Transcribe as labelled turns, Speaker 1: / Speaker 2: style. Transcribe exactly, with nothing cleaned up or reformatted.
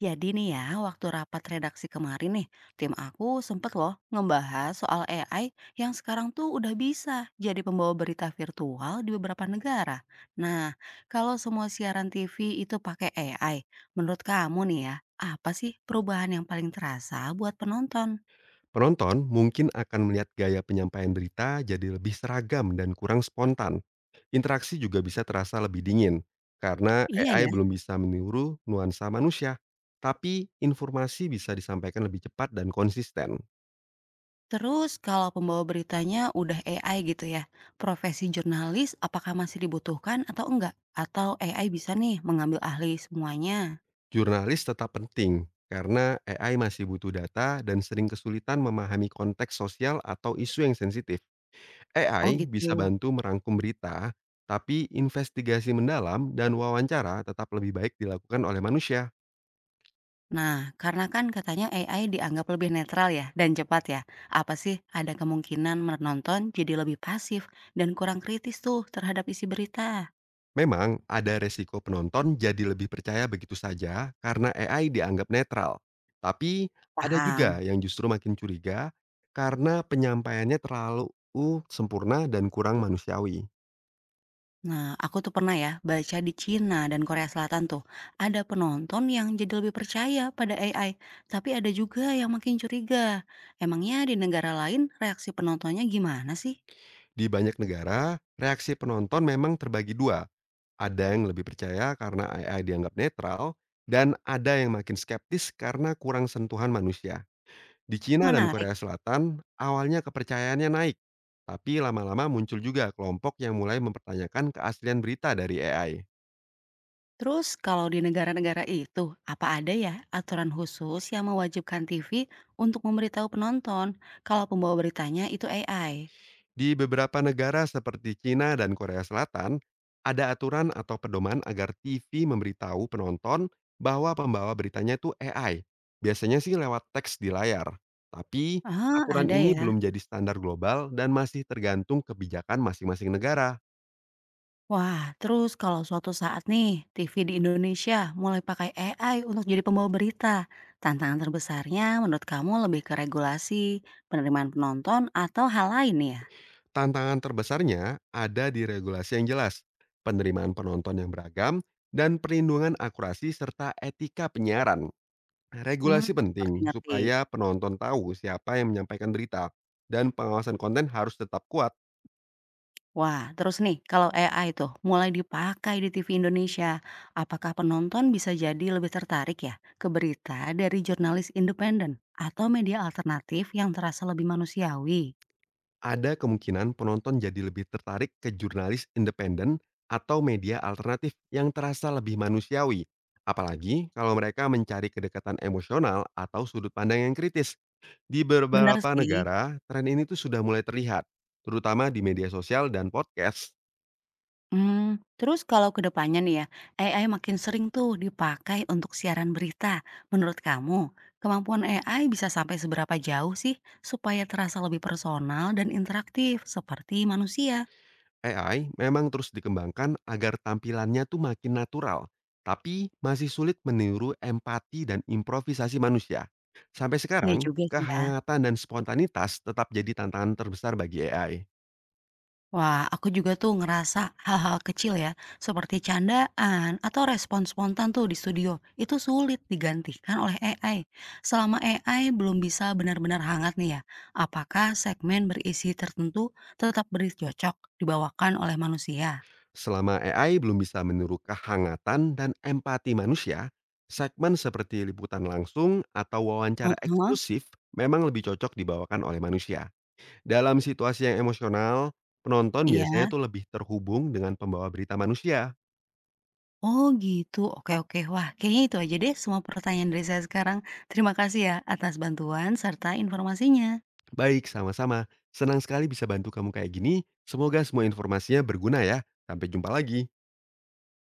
Speaker 1: Jadi nih ya, waktu rapat redaksi kemarin nih, tim aku sempet loh ngebahas soal A I yang sekarang tuh udah bisa jadi pembawa berita virtual di beberapa negara. Nah, kalau semua siaran T V itu pakai A I, menurut kamu nih ya, apa sih perubahan yang paling terasa buat penonton?
Speaker 2: Penonton mungkin akan melihat gaya penyampaian berita jadi lebih seragam dan kurang spontan. Interaksi juga bisa terasa lebih dingin, karena
Speaker 1: Iya ya.
Speaker 2: A I belum bisa meniru nuansa manusia. Tapi informasi bisa disampaikan lebih cepat dan konsisten.
Speaker 1: Terus kalau pembawa beritanya udah A I gitu ya, profesi jurnalis apakah masih dibutuhkan atau enggak? Atau A I bisa nih mengambil alih semuanya?
Speaker 2: Jurnalis tetap penting, karena A I masih butuh data dan sering kesulitan memahami konteks sosial atau isu yang sensitif.
Speaker 1: Oh
Speaker 2: A I bisa
Speaker 1: gitu.
Speaker 2: bantu merangkum berita, tapi investigasi mendalam dan wawancara tetap lebih baik dilakukan oleh manusia.
Speaker 1: Nah, karena kan katanya A I dianggap lebih netral ya dan cepat ya. Apa sih ada kemungkinan menonton jadi lebih pasif dan kurang kritis tuh terhadap isi berita?
Speaker 2: Memang ada resiko penonton jadi lebih percaya begitu saja karena A I dianggap netral. Tapi ada juga
Speaker 1: Paham.
Speaker 2: yang justru makin curiga karena penyampaiannya terlalu sempurna dan kurang manusiawi.
Speaker 1: Nah, aku tuh pernah ya baca di Cina dan Korea Selatan tuh ada penonton yang jadi lebih percaya pada A I, tapi ada juga yang makin curiga. Emangnya di negara lain reaksi penontonnya gimana sih?
Speaker 2: Di banyak negara, reaksi penonton memang terbagi dua. Ada yang lebih percaya karena A I dianggap netral, dan ada yang makin skeptis karena kurang sentuhan manusia. Di Cina dan
Speaker 1: Menarik.
Speaker 2: Korea Selatan, awalnya kepercayaannya naik. Tapi lama-lama muncul juga kelompok yang mulai mempertanyakan keaslian berita dari A I.
Speaker 1: Terus kalau di negara-negara itu, apa ada ya aturan khusus yang mewajibkan T V untuk memberitahu penonton kalau pembawa beritanya itu A I?
Speaker 2: Di beberapa negara seperti Cina dan Korea Selatan, ada aturan atau pedoman agar T V memberitahu penonton bahwa pembawa beritanya itu A I. Biasanya sih lewat teks di layar. Tapi
Speaker 1: Ah,
Speaker 2: aturan
Speaker 1: ada
Speaker 2: ini
Speaker 1: ya.
Speaker 2: belum jadi standar global dan masih tergantung kebijakan masing-masing negara.
Speaker 1: Wah, terus kalau suatu saat nih T V di Indonesia mulai pakai A I untuk jadi pembawa berita, tantangan terbesarnya menurut kamu lebih ke regulasi, penerimaan penonton, atau hal lain ya?
Speaker 2: Tantangan terbesarnya ada di regulasi yang jelas, penerimaan penonton yang beragam, dan perlindungan akurasi serta etika penyiaran.
Speaker 1: Hmm,
Speaker 2: Regulasi penting
Speaker 1: ngerti-ngerti.
Speaker 2: supaya penonton tahu siapa yang menyampaikan berita, dan pengawasan konten harus tetap kuat.
Speaker 1: Wah, terus nih kalau A I tuh mulai dipakai di T V Indonesia, apakah penonton bisa jadi lebih tertarik ya ke berita dari jurnalis independen atau media alternatif yang terasa lebih manusiawi?
Speaker 2: Ada kemungkinan penonton jadi lebih tertarik ke jurnalis independen atau media alternatif yang terasa lebih manusiawi. Apalagi kalau mereka mencari kedekatan emosional atau sudut pandang yang kritis. Di
Speaker 1: Benar
Speaker 2: beberapa
Speaker 1: sih.
Speaker 2: negara, tren ini tuh sudah mulai terlihat, terutama di media sosial dan podcast.
Speaker 1: Hmm, terus kalau kedepannya nih ya, A I makin sering tuh dipakai untuk siaran berita. Menurut kamu, kemampuan A I bisa sampai seberapa jauh sih supaya terasa lebih personal dan interaktif seperti manusia?
Speaker 2: A I memang terus dikembangkan agar tampilannya tuh makin natural, tapi masih sulit meniru empati dan improvisasi manusia. Sampai
Speaker 1: Iya
Speaker 2: sekarang,
Speaker 1: juga sih ya.
Speaker 2: kehangatan dan spontanitas tetap jadi tantangan terbesar bagi A I.
Speaker 1: Wah, aku juga tuh ngerasa hal-hal kecil ya, seperti candaan atau respon spontan tuh di studio, itu sulit digantikan oleh A I. Selama A I belum bisa benar-benar hangat nih ya, apakah segmen berisi tertentu tetap bercocok dibawakan oleh manusia?
Speaker 2: Selama A I belum bisa meniru kehangatan dan empati manusia, segmen seperti liputan langsung atau wawancara
Speaker 1: Heeh,
Speaker 2: eksklusif memang lebih cocok dibawakan oleh manusia. Dalam situasi yang emosional, penonton biasanya
Speaker 1: iya.
Speaker 2: tuh lebih terhubung dengan pembawa berita manusia.
Speaker 1: Oh gitu, oke oke. Wah, kayaknya itu aja deh semua pertanyaan dari saya sekarang. Terima kasih ya atas bantuan serta informasinya.
Speaker 2: Baik, sama-sama. Senang sekali bisa bantu kamu kayak gini. Semoga semua informasinya berguna ya. Sampai jumpa lagi.